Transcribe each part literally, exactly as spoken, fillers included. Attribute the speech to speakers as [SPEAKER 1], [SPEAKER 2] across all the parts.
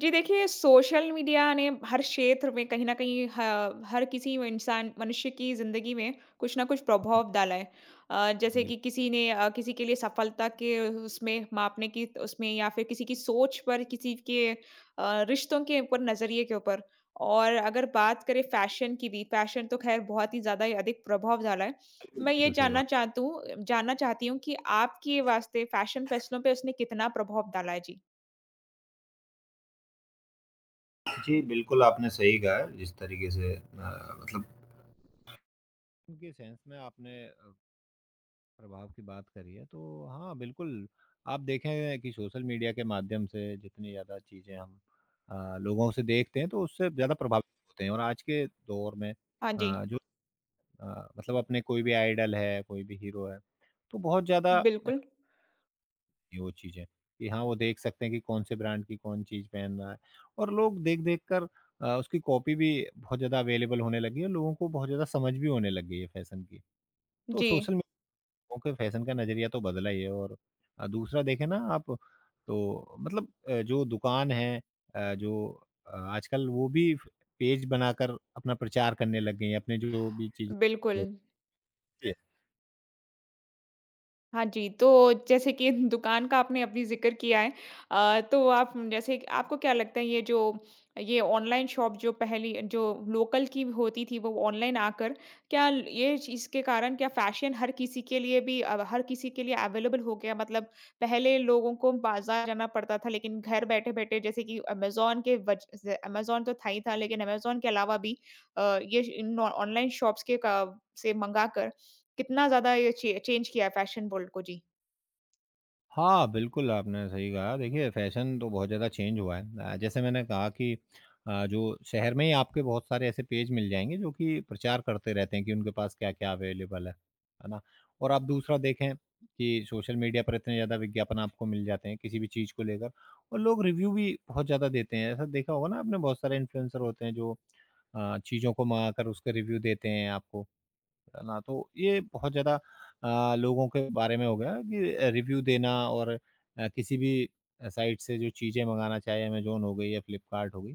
[SPEAKER 1] जी देखिए, social media ने हर क्षेत्र में कहीं न कहीं ह हर किसी इंसान मनुष्य की ज़िंदगी में कुछ न कुछ प्रभाव डाला है। अ, जैसे
[SPEAKER 2] बिल्कुल,
[SPEAKER 1] कि किसी ने अ, किसी के लिए सफलता के उसमें मापने की उसमें या फिर किसी की सोच पर, किसी के अ, रिश्तों के ऊपर, नज़रिए के ऊपर। और अगर बात करें फ़ैशन की भी, फ़ैशन तो ख़ैर बहुत ही ज़्यादा ही अधिक प्रभाव डाला है। मैं ये
[SPEAKER 2] बिल्कुल सही
[SPEAKER 1] जानना
[SPEAKER 2] बात।
[SPEAKER 1] चाहती हूँ जानना चाहती हूँ कि आपके वास्ते फ़ैशन फ़ैसलों पे उसने कितना प्रभाव डाला है? जी।
[SPEAKER 2] जी, बिल्कुल आपने सही कहा है, जिस तरीके से अ, मतलब उनके सेंस में आपने अ, प्रभाव की बात करी है, तो हाँ, बिल्कुल, आप देखें कि सोशल मीडिया के माध्यम से जितनी ज़्यादा चीज़ें हम अ, लोगों से देखते हैं, तो उससे ज़्यादा प्रभावित होते हैं। और आज के दौर में
[SPEAKER 1] हाँ जी,
[SPEAKER 2] अ, जो अ, मतलब अपने कोई भी आइडल है, कोई भी हीरो है, तो बहुत ज़्यादा
[SPEAKER 1] बिल्कुल।
[SPEAKER 2] ये वो चीज़ें, कि हाँ, वो देख सकते हैं कि कौन-से ब्रांड की कौन चीज़ पहनना है। और लोग देख-देख कर अ, उसकी कॉपी भी बहुत ज़्यादा अवेलेबल होने लगी है, लोगों को बहुत ज़्यादा समझ भी होने लग गई है फैशन की। तो
[SPEAKER 1] जी,
[SPEAKER 2] सोशल मीडिया लोगों के फैशन का नज़रिया तो बदला ही है। और अ, दूसरा देखें ना आप, तो मतलब अ, जो दुकान है अ, जो अ, आजकल वो भी फ पेज बनाकर अपना प्रचार करने लग गई हैं, अपने जो भी चीज़ें।
[SPEAKER 1] बिल्कुल। हाँ जी, तो जैसे कि दुकान का आपने अभी ज़िक्र किया है। अ, तो आप जैसे कि आपको क्या लगता है ये जो ये ऑनलाइन शॉप जो पहली जो लोकल की होती थी वो ऑनलाइन आकर, क्या ये चीज़ के कारण क्या फ़ैशन हर किसी के लिए भी अ, हर किसी के लिए अवेलेबल हो गया? मतलब पहले लोगों को बाज़ार जाना पड़ता था लेकिन घर बैठे-बैठे जैसे कि अमेज़न के वज ज़ अमेज़न तो था ही था लेकिन अमेज़न के अलावा भी अ, ये इन ऑनलाइन शॉप्स के का से मंगाकर कितना ज़्यादा ये चे चेंज किया है फैशन वर्ल्ड को। जी।
[SPEAKER 2] हाँ, बिल्कुल आपने सही कहा। देखिए फ़ैशन तो बहुत ज़्यादा चेंज हुआ है। अ, जैसे मैंने कहा कि अ, जो शहर में ही आपके बहुत सारे ऐसे पेज मिल जाएँगे जो कि प्रचार करते रहते हैं कि उनके पास क्या-क्या अवेलेबल है। है ना? और आप दूसरा देखें कि सोशल मीडिया पर इतने ज़्यादा विज्ञापन आपको मिल जाते हैं किसी भी चीज़ को लेकर। और लोग रिव्यू भी बहुत ज़्यादा देते हैं। ऐसा देखा होगा ना आपने, बहुत सारे इन्फ्लुएंसर होते हैं जो अ, चीज़ों को मँगाकर उसके रिव्यू देते हैं आपको। ना तो ये बहुत ज़्यादा अ, लोगों के बारे में हो गया कि रिव्यू देना। और अ, किसी भी साइट से जो चीज़ें मँगाना, चाहे अमेज़न हो गई या फ्लिपकार्ट हो गई,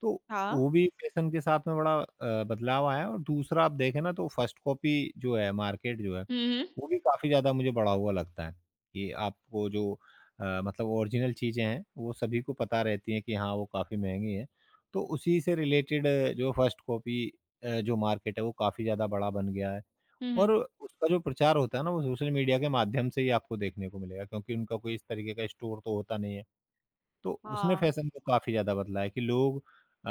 [SPEAKER 2] तो
[SPEAKER 1] हाँ।
[SPEAKER 2] वो भी फैशन के साथ में बड़ा अ, बदलाव आया है। और दूसरा आप देखें ना तो फर्स्ट कॉपी जो है, मार्केट जो है,
[SPEAKER 1] हुँ, हुँ।
[SPEAKER 2] वो भी काफ़ी ज़्यादा मुझे बढ़ा हुआ लगता है कि आपको जो अ, मतलब ओरिजिनल चीज़ें हैं वो सभी को पता रहती हैं कि हाँ, वो काफ़ी महँगी हैं। तो उसी से रिलेटेड जो फर्स्ट कॉपी अ, जो मार्केट है वो काफ़ी ज़्यादा बड़ा बन गया है।
[SPEAKER 1] हुँ, हुँ।
[SPEAKER 2] और उसका जो प्रचार होता है ना, वो सोशल मीडिया के माध्यम से ही आपको देखने को मिलेगा, क्योंकि उनका कोई इस तरीके का स्टोर तो होता नहीं है। तो उसने
[SPEAKER 1] हाँ।
[SPEAKER 2] फैशन को काफ़ी ज़्यादा बदला है कि लोग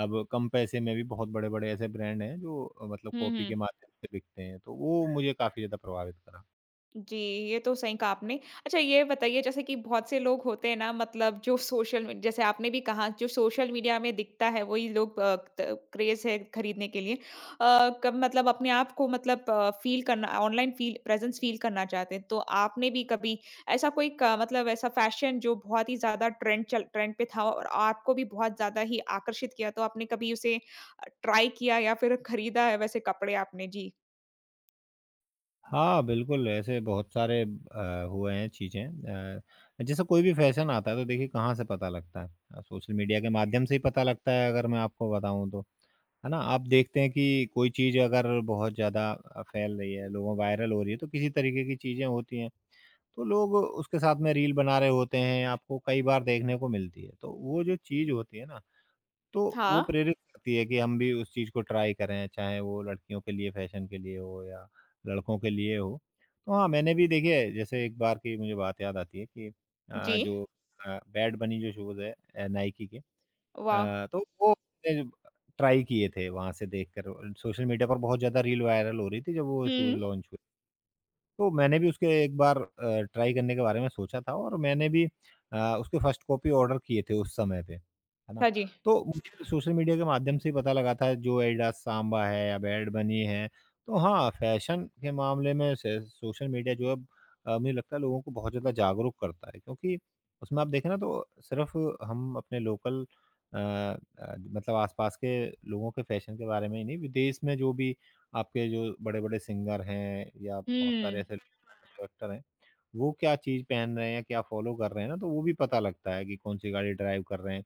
[SPEAKER 2] अब कम पैसे में भी बहुत बड़े-बड़े ऐसे ब्रांड हैं जो अ, मतलब
[SPEAKER 1] हुँ,
[SPEAKER 2] कॉपी
[SPEAKER 1] हुँ।
[SPEAKER 2] के माध्यम से बिकते हैं। तो वो मुझे काफ़ी ज़्यादा प्रभावित करा।
[SPEAKER 1] जी, ये तो सही कहा आपने। अच्छा ये बताइए जैसे कि बहुत से लोग होते हैं ना मतलब जो सोशल मी जैसे आपने भी कहा जो सोशल मीडिया में दिखता है वही लोग अ, त क्रेज़ है खरीदने के लिए। अ, कब मतलब अपने आप को मतलब अ, फ़ील करना ऑनलाइन फ़ील प्रेज़ेंस फ़ील करना चाहते हैं। तो आपने भी कभी ऐसा कोई क मतलब ऐसा फ़ैशन जो बहुत ही ज़्यादा ट्रेंड चल ट्रेंड पे था और आपको भी बहुत ज़्यादा ही आकर्षित किया तो आपने कभी उसे अ, ट्राई किया या फिर खरीदा है वैसे कपड़े आपने? जी।
[SPEAKER 2] हाँ, बिल्कुल, ऐसे बहुत सारे अ, हुए हैं चीज़ें। अ, जैसे कोई भी फैशन आता है तो देखिए कहाँ से पता लगता है, अ, सोशल मीडिया के माध्यम से ही पता लगता है अगर मैं आपको बताऊँ तो, है ना? आप देखते हैं कि कोई चीज़ अगर बहुत ज़्यादा अ, फैल रही है, लोगों वायरल हो रही है, तो किसी तरीके की चीज़ें होती हैं, तो लोग उसके साथ में रील बना रहे होते हैं, आपको कई बार देखने को मिलती है। तो वो जो चीज़ होती है ना, तो वो
[SPEAKER 1] हाँ।
[SPEAKER 2] प्रेरित करती है कि हम भी उस चीज़ को ट्राई करें, चाहे वो लड़कियों के लिए फ़ैशन के लिए हो या लड़कों के लिए हो। तो हाँ, मैंने भी देखिए जैसे एक बार की मुझे बात याद आती है कि
[SPEAKER 1] जी।
[SPEAKER 2] अ, जो अ, बैड बनी जो शूज़ है अ, नाइकी के,
[SPEAKER 1] वाह!
[SPEAKER 2] अ, तो वो मैंने ट्राई किए थे वहाँ से देखकर। सोशल मीडिया पर बहुत ज़्यादा रील वायरल हो रही थी जब वो शूज़
[SPEAKER 1] हुँ।
[SPEAKER 2] लॉन्च, तो मैंने भी उसके एक बार अ, ट्राई करने के बारे में सोचा था। और मैंने भी अ, उसके फर्स्ट कॉपी ऑर्डर किए थे उस समय पे, है ना?
[SPEAKER 1] हाँ जी।
[SPEAKER 2] तो मुझे सोशल मीडिया के माध्यम से ही पता लगा था जो एडिडास साम्बा है या बैड बनी है, तो हाँ, फैशन के मामले में से सोशल मीडिया जो है अ, मुझे लगता है लोगों को बहुत ज़्यादा जागरूक करता है, क्योंकि उसमें आप देखें ना तो सिर्फ हम अपने लोकल अ अ, मतलब आस-पास के लोगों के फैशन के बारे में ही नहीं, विदेश में जो भी आपके जो बड़े-बड़े सिंगर हैं या बहुत सारे
[SPEAKER 1] हुँ।
[SPEAKER 2] ऐसे जो एक्टर हैं, वो क्या चीज़ पहन रहे हैं या क्या फ़ॉलो कर रहे हैं ना, तो वो भी पता लगता है कि कौन-सी गाड़ी ड्राइव कर रहे हैं,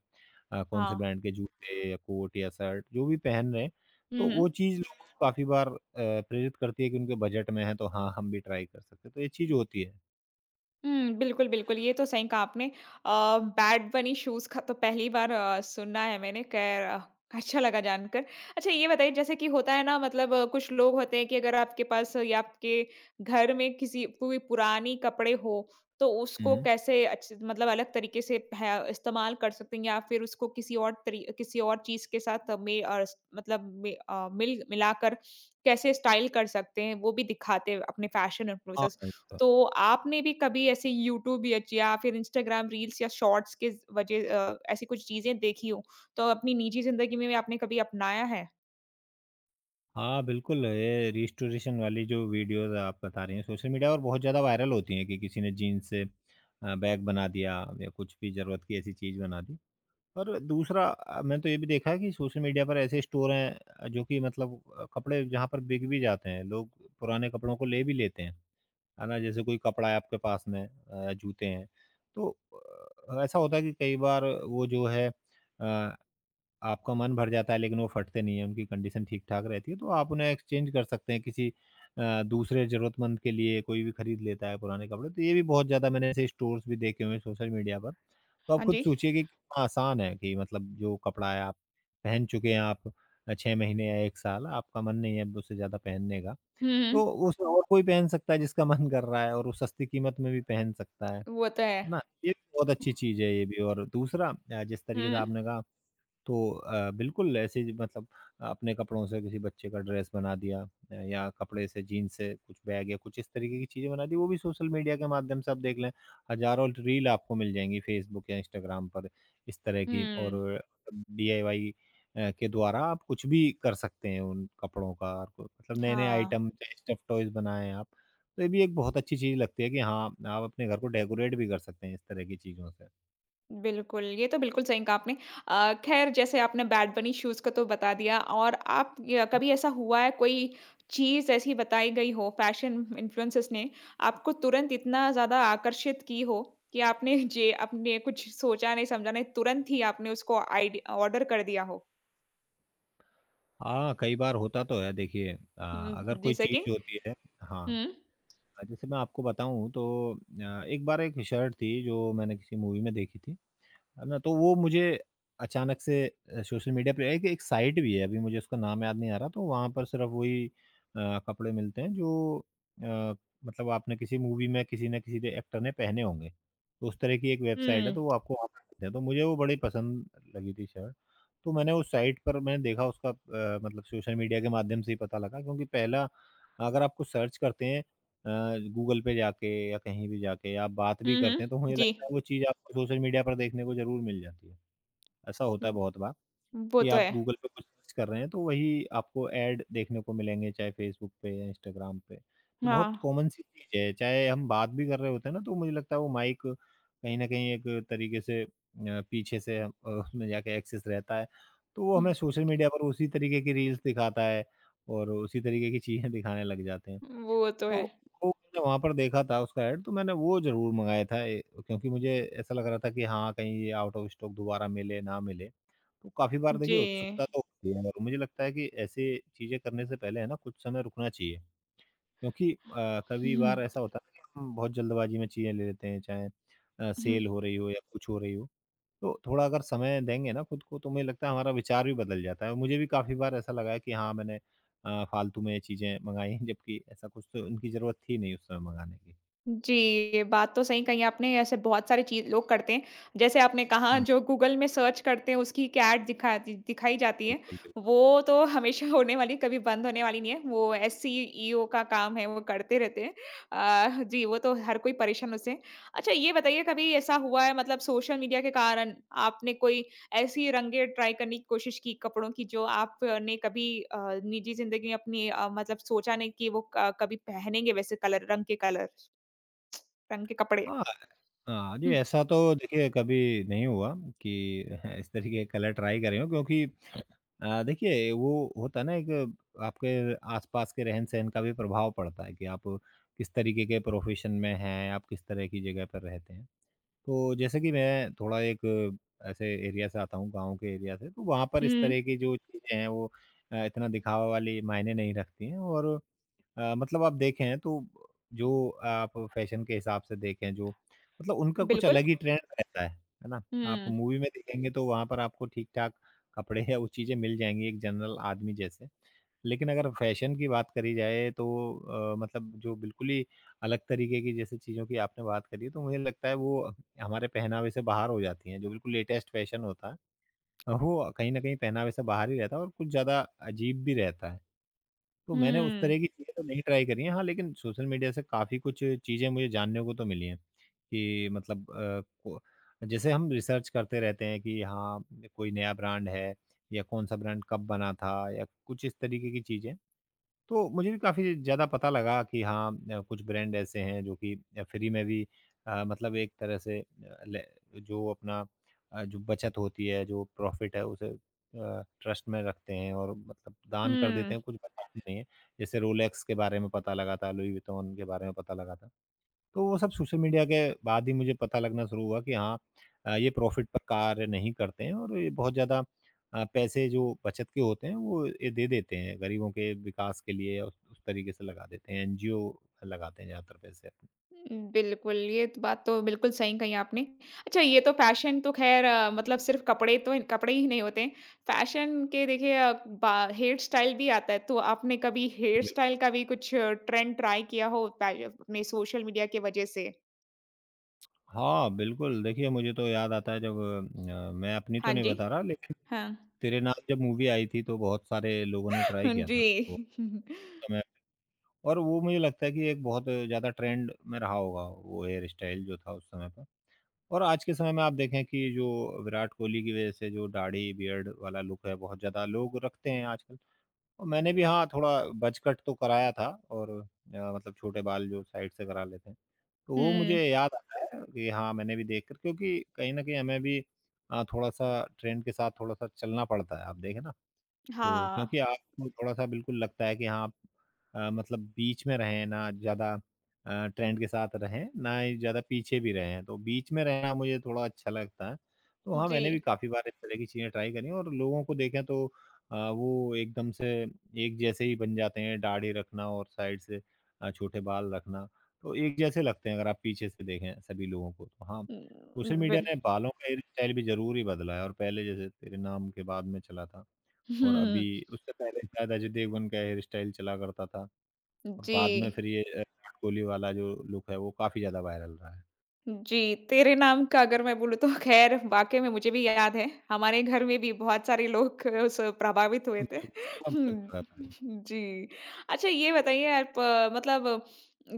[SPEAKER 2] अ, कौन-से
[SPEAKER 1] हाँ।
[SPEAKER 2] ब्रांड के जूते या कोट या शर्ट जो भी पहन रहे हैं,
[SPEAKER 1] हुँ,
[SPEAKER 2] तो
[SPEAKER 1] हुँ।
[SPEAKER 2] वो चीज़ लोगों को काफ़ी बार अ, प्रेरित करती है कि उनके बजट में है, तो हाँ, हम भी ट्राई कर सकते हैं, तो ये चीज़ होती है।
[SPEAKER 1] हुँ, बिल्कुल, बिल्कुल, ये तो सही कहा आपने। अ, बैड बनी शूज़ का तो पहली बार अ, सुना है मैंने, खैर अ, अच्छा लगा जानकर। अच्छा ये बताइए जैसे कि होता है ना मतलब अ, कुछ लोग होते हैं कि अगर आपके पास या आपके घर में किसी कोई पुरानी कपड़े हो, तो उसको
[SPEAKER 2] हुँ।
[SPEAKER 1] कैसे अच्छे मतलब अलग तरीके से पह इस्तेमाल कर सकते हैं या फिर उसको किसी और तरी किसी और चीज़ के साथ में अ, स मतलब में अ, मिल मिलाकर कैसे स्टाइल कर सकते हैं, वो भी दिखाते हैं अपने फ़ैशन और प्रोसेस।
[SPEAKER 2] हाँ,
[SPEAKER 1] तो आपने भी कभी ऐसे यूट्यूब या च या फिर इंस्टाग्राम रील्स या शॉर्ट्स के ज़ वजह अ, ऐसी कुछ चीज़ें देखी हों, तो अपनी निजी ज़िंदगी में भी आपने कभी अपनाया है?
[SPEAKER 2] हाँ, बिल्कुल, ये रीस्टोरेशन वाली जो वीडियोज़ आप बता रही हैं सोशल मीडिया और बहुत ज़्यादा वायरल होती हैं कि किसी ने जीन्स से अ, बैग बना दिया या कुछ भी ज़रूरत की ऐसी चीज़ बना दी। और दूसरा अ, मैंने तो ये भी देखा है कि सोशल मीडिया पर ऐसे स्टोर हैं अ, जो कि मतलब अ, कपड़े जहाँ पर बिक भी जाते हैं, लोग पुराने कपड़ों को ले भी लेते हैं, है ना? जैसे कोई कपड़ा है आपके पास में, अ, जूते हैं, तो अ, ऐसा होता है कि कई बार वो जो है अ आपका मन भर जाता है लेकिन वो फटते नहीं है, उनकी कंडीशन ठीक-ठाक रहती है, तो आप उन्हें एक्सचेंज कर सकते हैं किसी अ, दूसरे ज़रूरतमंद के लिए। कोई भी खरीद लेता है पुराने कपड़े, तो ये भी बहुत ज़्यादा मैंने ऐसे स्टोर्स भी देखे हुए हैं सोशल मीडिया पर। तो आप
[SPEAKER 1] हाँ
[SPEAKER 2] खुद
[SPEAKER 1] जी।
[SPEAKER 2] सोचिए कि कितना आसान है कि मतलब जो कपड़ा है आप पहन चुके हैं आप अ, छह महीने या एक साल, आपका मन नहीं है अब उससे ज़्यादा पहनने का,
[SPEAKER 1] हुँ, हुँ।
[SPEAKER 2] तो उसे और कोई पहन सकता है जिसका मन कर रहा है और वो सस्ती कीमत में भी पहन सकता है,
[SPEAKER 1] वो तो है।
[SPEAKER 2] है ना? ये बहुत अच्छी चीज़ है ये भी। और दूसरा अ, जिस
[SPEAKER 1] हुँ,
[SPEAKER 2] तरीके से
[SPEAKER 1] हुँ।
[SPEAKER 2] आपने कहा, तो अ, बिल्कुल ऐसे ही मतलब अपने कपड़ों से किसी बच्चे का ड्रेस बना दिया, अ, या कपड़े से जीन्स से कुछ बैग या कुछ इस तरीके की चीज़ें बना दी, वो भी सोशल मीडिया के माध्यम से आप देख लें, हज़ारों रील आपको मिल जाएंगी फेसबुक या इंस्टाग्राम पर इस तरह की। और
[SPEAKER 1] हुँ,
[SPEAKER 2] मतलब डीआईवाई के द्वारा आप कुछ भी कर सकते हैं उन कपड़ों का और को- मतलब नए नए
[SPEAKER 1] हाँ।
[SPEAKER 2] आइटम चाहे स्टफ टॉयज बनाएं आप, तो ये भी एक बहुत अच्छी चीज़ लगती है कि हाँ आप अपने घर को डेकोरेट भी कर सकते हैं इस तरह की चीज़ों से।
[SPEAKER 1] बिल्कुल, ये तो बिल्कुल सही कहा आपने। अ, ख़ैर जैसे आपने बैड बनी शूज़ का तो बता दिया और आप य कभी ऐसा हुआ है कोई चीज़ ऐसी बताई गई हो फ़ैशन इन्फ्लुएंसर्स ने आपको तुरंत इतना ज़्यादा आकर्षित की हो कि आपने जे आपने कुछ सोचा नहीं समझा नहीं, तुरंत ही आपने उसको आइड ऑर्डर कर दिया हो?
[SPEAKER 2] हाँ, कई बार होता तो है। देखिए अ, अगर
[SPEAKER 1] हुँ,
[SPEAKER 2] कोई
[SPEAKER 1] जैसे कि?
[SPEAKER 2] चीज़ होती है, हाँ,
[SPEAKER 1] हुँ।
[SPEAKER 2] जैसे मैं आपको बताऊँ तो अ, एक बार एक शर्ट थी जो मैंने किसी मूवी में देखी थी। है ना? तो वो मुझे अचानक से अ, सोशल मीडिया पे एक एक साइट भी है, अभी मुझे उसका नाम याद नहीं आ रहा, तो वहाँ पर सिर्फ़ वही अ, कपड़े मिलते हैं जो अ, मतलब आपने किसी मूवी में किसी न किसी एक्टर ने पहने होंगे। तो उस तरह की एक वेबसाइट है, तो
[SPEAKER 1] हुँ।
[SPEAKER 2] वो आपको वहाँ पे मिलते हैं, तो मुझे वो बड़ी पसंद लगी थी शर्ट। तो मैंने उस साइट पर मैंने देखा उसका अ, मतलब सोशल मीडिया के माध्यम से ही पता लगा। क्योंकि पहला अगर आप कुछ सर्च करते हैं अ, गूगल पे जाके या कहीं भी जाके आप बात भी
[SPEAKER 1] हुँ,
[SPEAKER 2] करते
[SPEAKER 1] हुँ।
[SPEAKER 2] हैं, तो मुझे
[SPEAKER 1] जी।
[SPEAKER 2] लगता है वो चीज़ आपको सोशल मीडिया पर देखने को ज़रूर मिल जाती है। ऐसा
[SPEAKER 1] उ,
[SPEAKER 2] होता है बहुत बार
[SPEAKER 1] वो
[SPEAKER 2] कि
[SPEAKER 1] तो
[SPEAKER 2] आप
[SPEAKER 1] है।
[SPEAKER 2] गूगल पे कुछ सर्च कर रहे हैं, तो वही आपको ऐड देखने को मिलेंगे, चाहे फ़ेसबुक पे या इंस्टाग्राम पे। तो बहुत
[SPEAKER 1] हाँ।
[SPEAKER 2] कॉमन सी चीज़ है, चाहे हम बात भी कर रहे होते हैं ना, तो मुझे लगता है वो माइक कहीं न कहीं एक तरीके से अ, पीछे से हम- अ, उसमें जाके एक्सेस रहता है, तो वो
[SPEAKER 1] हुँ,
[SPEAKER 2] हमें सोशल मीडिया पर उसी तरीके की रील्स दिखाता है और उसी तरीके की चीज़ें दिखाने लग जाते हैं।
[SPEAKER 1] वो तो
[SPEAKER 2] तो
[SPEAKER 1] है।
[SPEAKER 2] वो मैंने वहाँ पर देखा था उसका ऐड, तो मैंने वो ज़रूर मँगाया था ए, क्योंकि मुझे ऐसा लग रहा था कि हाँ, कहीं ये आउट ऑफ स्टॉक दोबारा मिले, ना मिले। तो काफ़ी बार
[SPEAKER 1] जी।
[SPEAKER 2] देखिए उत्सुकता तो होती है, और मुझे लगता है कि ऐसी चीज़ें करने से पहले है ना कुछ समय रुकना चाहिए। क्योंकि अ, कभी
[SPEAKER 1] हुँ।
[SPEAKER 2] बार ऐसा होता है ना कि हम बहुत जल्दबाजी में चीज़ें ले लेते हैं, चाहे अ, सेल हो रही हो या कुछ हो रही हो। तो थोड़ा अगर समय देंगे ना खुद को तो मुझे लगता है हमारा विचार भी बदल जाता है। मुझे भी काफ़ी बार ऐसा लगा है कि हाँ, मैंने अ, फालतू में चीज़ें मँगाई हैं, जबकि ऐसा कुछ तो उनकी ज़रूरत थी नहीं उस समय मँगाने की।
[SPEAKER 1] जी, ये बात तो सही कही आपने, ऐसे बहुत सारी चीज़ लोग करते हैं। जैसे आपने कहा
[SPEAKER 2] हुँ।
[SPEAKER 1] जो गूगल में सर्च करते हैं उसकी एक ऐड दिखा दि दिखाई जाती है,
[SPEAKER 2] बिल्कुल, बिल्कुल।
[SPEAKER 1] वो तो हमेशा होने वाली कभी बंद होने वाली नहीं है, वो एस ई ई ओ का काम है, वो करते रहते हैं। अ, जी, वो तो हर कोई परेशान उससे। अच्छा ये बताइए कभी ऐसा हुआ है मतलब सोशल मीडिया के कारण आपने कोई ऐसी रंगें ट्राई करने की कोशिश की कपड़ों की जो आपने कभी अ, निजी ज़िंदगी में अपनी अ, मतलब सोचा नहीं कि वो क कभी पहनेंगे वैसे कलर रंग के कलर? रंग के कपड़े।
[SPEAKER 2] हाँ, हाँ जी,
[SPEAKER 1] हुँ,
[SPEAKER 2] ऐसा तो देखिए कभी नहीं हुआ कि इस तरीके के कलर ट्राई करे हों, क्योंकि अ, देखिए वो होता है ना, एक आपके आस-पास के रहन-सहन का भी प्रभाव पड़ता है कि आप किस तरीके के प्रोफ़ेशन में हैं, आप किस तरह की जगह पर रहते हैं। तो जैसे कि मैं थोड़ा एक ऐसे एरिया से आता हूँ, गाँव के एरिया से, तो वहाँ पर इस
[SPEAKER 1] हुँ,
[SPEAKER 2] तरह की जो चीज़ें हैं वो अ, इतना दिखावा वाली मायने नहीं रखती हैं और अ, मतलब आप देखें तो जो आप फैशन के हिसाब से देखें जो मतलब उनका कुछ
[SPEAKER 1] बिल्कुल।
[SPEAKER 2] अलग ही ट्रेंड रहता है, है ना? आप
[SPEAKER 1] हुँ,
[SPEAKER 2] मूवी में देखेंगे तो वहाँ पर आपको ठीक-ठाक कपड़े या वो चीज़ें मिल जाएँगी एक जनरल आदमी जैसे। लेकिन अगर फैशन की बात करी जाए तो अ, मतलब जो बिल्कुल ही अलग तरीके की जैसे चीज़ों की आपने बात करी तो मुझे लगता है वो हमारे पहनावे से बाहर हो जाती हैं। जो बिल्कुल लेटेस्ट फैशन होता है, वो कहीं न कहीं पहनावे से बाहर ही रहता है और कुछ ज़्यादा अजीब भी रहता है। तो मैंने उस
[SPEAKER 1] हुँ,
[SPEAKER 2] तरह की चीज़ें तो नहीं ट्राई करी हैं। हाँ, लेकिन सोशल मीडिया से काफ़ी कुछ चीज़ें मुझे जानने को तो मिली हैं कि मतलब अ, को जैसे हम रिसर्च करते रहते हैं कि हाँ, कोई नया ब्रांड है या कौन-सा ब्रांड कब बना था या कुछ इस तरीके की चीज़ें। तो मुझे भी काफ़ी ज़्यादा पता लगा कि हाँ अ, कुछ ब्रांड ऐसे हैं जो कि अ, फ्री में भी अ, मतलब एक तरह से अ, ले जो अपना अ, जो बचत होती है, जो प्रॉफ़िट है उसे अ, ट्रस्ट में रखते हैं और मतलब दान कर
[SPEAKER 1] हुँ,
[SPEAKER 2] देते हैं, कुछ बताते नहीं हैं। जैसे रोलेक्स के बारे में पता लगा था, लुई विटॉन के बारे में पता लगा था। तो वो सब सोशल मीडिया के बाद ही मुझे पता लगना शुरू हुआ कि हाँ अ, ये प्रॉफ़िट पर कार्य नहीं करते हैं और ये बहुत ज़्यादा अ, पैसे जो बचत के होते हैं वो ये दे देते हैं गरीबों के विकास के लिए उस, उस तरीके से लगा देते हैं एनजीओ लगाते हैं ज़्यादातर पैसे अपने।
[SPEAKER 1] बिल्कुल, ये तो बात तो बिल्कुल सही कही आपने। अच्छा ये तो फ़ैशन तो ख़ैर मतलब सिर्फ़ कपड़े तो कपड़े ही नहीं होते हैं। फ़ैशन के देखिए अ, बा हेयर स्टाइल भी आता है, तो आपने कभी हेयर
[SPEAKER 2] बिल्कुल,
[SPEAKER 1] स्टाइल का भी कुछ ट्रेंड ट्राई किया हो पहले अपने सोशल मीडिया की वजह से?
[SPEAKER 2] हाँ बिल्कुल, देखिए मुझे तो याद आता है जब अ, मैं अपनी तो
[SPEAKER 1] हाँ
[SPEAKER 2] नहीं
[SPEAKER 1] जी,
[SPEAKER 2] बता रहा लेकिन
[SPEAKER 1] हाँ।
[SPEAKER 2] तेरे नाम जब मूवी आई थी तो बहुत सारे लोगों ने ट्राई
[SPEAKER 1] हाँ
[SPEAKER 2] किया था
[SPEAKER 1] जी।
[SPEAKER 2] वो समय, और वो मुझे लगता है कि एक बहुत ज़्यादा ट्रेंड में रहा होगा वो हेयर स्टाइल जो था उस समय पर। और आज के समय में आप देखें कि जो विराट कोहली की वजह से जो दाढ़ी बियर्ड वाला लुक है बहुत ज़्यादा लोग रखते हैं आजकल। और मैंने भी हाँ, थोड़ा बज़ कट तो कराया था और अ, मतलब छोटे बाल जो साइड से करा लेते हैं। तो वो
[SPEAKER 1] हुँ,
[SPEAKER 2] मुझे याद आता है कि हाँ, मैंने भी देखकर, क्योंकि कहीं न कहीं हमें भी अ, थोड़ा-सा ट्रेंड के साथ थोड़ा-सा चलना पड़ता है। आप देखें ना, तो
[SPEAKER 1] हाँ,
[SPEAKER 2] क्योंकि आपको थोड़ा-सा बिल्कुल लगता है कि हाँ, आप अ, मतलब बीच में रहें, ना ज़्यादा अ, ट्रेंड के साथ रहें, ना ही ज़्यादा पीछे भी रहें, तो बीच में रहना मुझे थोड़ा अच्छा लगता है। तो हाँ,
[SPEAKER 1] जी।
[SPEAKER 2] मैंने भी काफ़ी बार इस तरह की चीज़ें ट्राई करी हैं और लोगों को देखें तो अ, वो एकदम से एक जैसे ही बन जाते हैं, दाढ़ी रखना और साइड से अ, छोटे बाल रखना, तो एक जैसे लगते हैं अगर आप पीछे से देखें सभी लोगों को। तो हाँ, सोशल
[SPEAKER 1] उम,
[SPEAKER 2] मीडिया
[SPEAKER 1] बिल
[SPEAKER 2] ने बालों का हेयर स्टाइल भी ज़रूर ही बदला है और पहले जैसे तेरे नाम के बाद में चला था। और अभी
[SPEAKER 1] हुँ।
[SPEAKER 2] उससे पहले शायद अजय देवगन का हेयर स्टाइल चला करता था और
[SPEAKER 1] जी।
[SPEAKER 2] बाद में फिर ये अ, विराट कोहली वाला जो लुक है वो काफ़ी ज़्यादा वायरल रहा है।
[SPEAKER 1] जी, तेरे नाम का अगर मैं बोलूँ तो ख़ैर वाक़ई में मुझे भी याद है, हमारे घर में भी बहुत सारे लोग उससे प्रभावित हुए
[SPEAKER 2] तो
[SPEAKER 1] थे।
[SPEAKER 2] मेरे को उसका बहुत
[SPEAKER 1] हुँ,
[SPEAKER 2] ज़्यादा पसंद।
[SPEAKER 1] जी। अच्छा ये बताइए आप अ, मतलब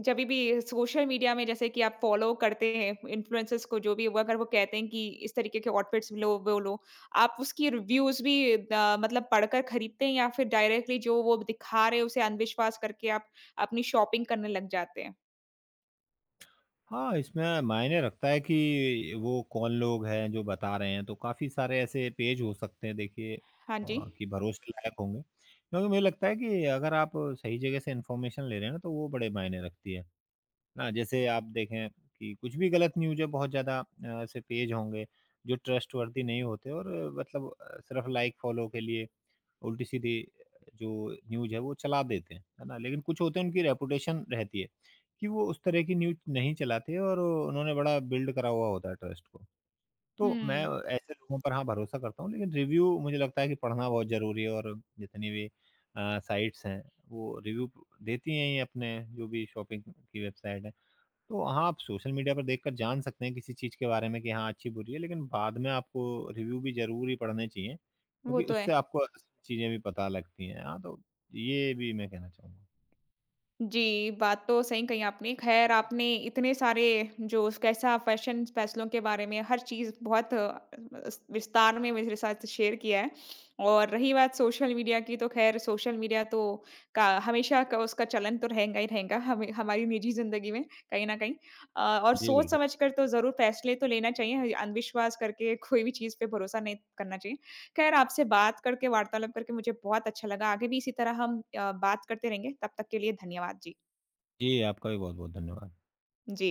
[SPEAKER 1] जभी भी सोशल मीडिया में जैसे कि आप फ़ॉलो करते हैं इन्फ्लुएंसर्स को जो भी वो अगर वो कहते हैं कि इस तरीके के आउटफिट्स लो, वो लो, आप उसकी रिव्यूज़ भी अ, मतलब पढ़कर खरीदते हैं या फिर डायरेक्टली जो वो दिखा रहे हैं उसे अंधविश्वास करके आप अपनी शॉपिंग करने लग जाते हैं?
[SPEAKER 2] हाँ, इसमें मायने रखता है कि वो कौन लोग हैं जो बता रहे हैं, तो काफ़ी सारे ऐसे पेज हो सकते हैं देखिए
[SPEAKER 1] हाँ जी।
[SPEAKER 2] अ, कि भरोसे लायक होंगे। क्योंकि मुझे लगता है कि अगर आप सही जगह से इन्फॉर्मेशन ले रहे हैं ना, तो वो बड़े मायने रखती है। ना जैसे आप देखें कि कुछ भी गलत न्यूज़ें बहुत ज़्यादा अ, ऐसे पेज होंगे जो ट्रस्टवर्दी नहीं होते और अ, मतलब अ, सिर्फ लाइक फॉलो के लिए उल्टी सीधी जो न्यूज़ है वो चला देते हैं, है ना? लेकिन कुछ होते हैं उनकी रेपुटेशन रहती है कि वो उस तरह की न्यूज़ नहीं चलाते और उन्होंने बड़ा बिल्ड करा हुआ होता है ट्रस्ट को। तो मैं
[SPEAKER 1] हुँ।
[SPEAKER 2] ऐसे लोगों पर हाँ भरोसा करता हूँ, लेकिन रिव्यू मुझे लगता है कि पढ़ना बहुत ज़रूरी है और जितनी भी अ, साइट्स हैं वो रिव्यू देती हैं ये अपने जो भी शॉपिंग की वेबसाइट है। तो हाँ, आप सोशल मीडिया पर देखकर जान सकते हैं किसी चीज़ के बारे में कि हाँ, अच्छी-बुरी है, लेकिन बाद में आपको रिव्यू भी ज़रूर ही पढ़ने चाहिए,
[SPEAKER 1] वो
[SPEAKER 2] क्योंकि
[SPEAKER 1] तो है।
[SPEAKER 2] उससे आपको असली चीज़ें भी पता लगती हैं। हाँ, तो ये भी मैं कहना चाहूँगा।
[SPEAKER 1] जी, बात तो सही कही आपने। ख़ैर आपने इतने सारे जो कैसा फ़ैशन फ़ैसलों के बारे में हर चीज़ बहुत अस विस्तार में मेरे साथ शेयर किया है। और रही बात सोशल मीडिया की तो ख़ैर सोशल मीडिया तो का हमेशा का उसका चलन तो रहेगा ही रहेगा हमें हमारी निजी ज़िंदगी में कहीं न कहीं। अ, और
[SPEAKER 2] जी,
[SPEAKER 1] सोच
[SPEAKER 2] बिल्कुल।
[SPEAKER 1] समझ कर तो ज़रूर फ़ैसले तो लेना चाहिए। अंधविश्वास करके कोई भी चीज़ पे भरोसा नहीं करना चाहिए। खैर आपसे बात करके, वार्तालाप करके मुझे बहुत अच्छा लगा। आगे भी इसी तरह हम अ, बात करते रहेंगे। तब तक के लिए धन्यवाद। जी।
[SPEAKER 2] जी, आपका भी बहुत-बहुत धन्यवाद।
[SPEAKER 1] जी।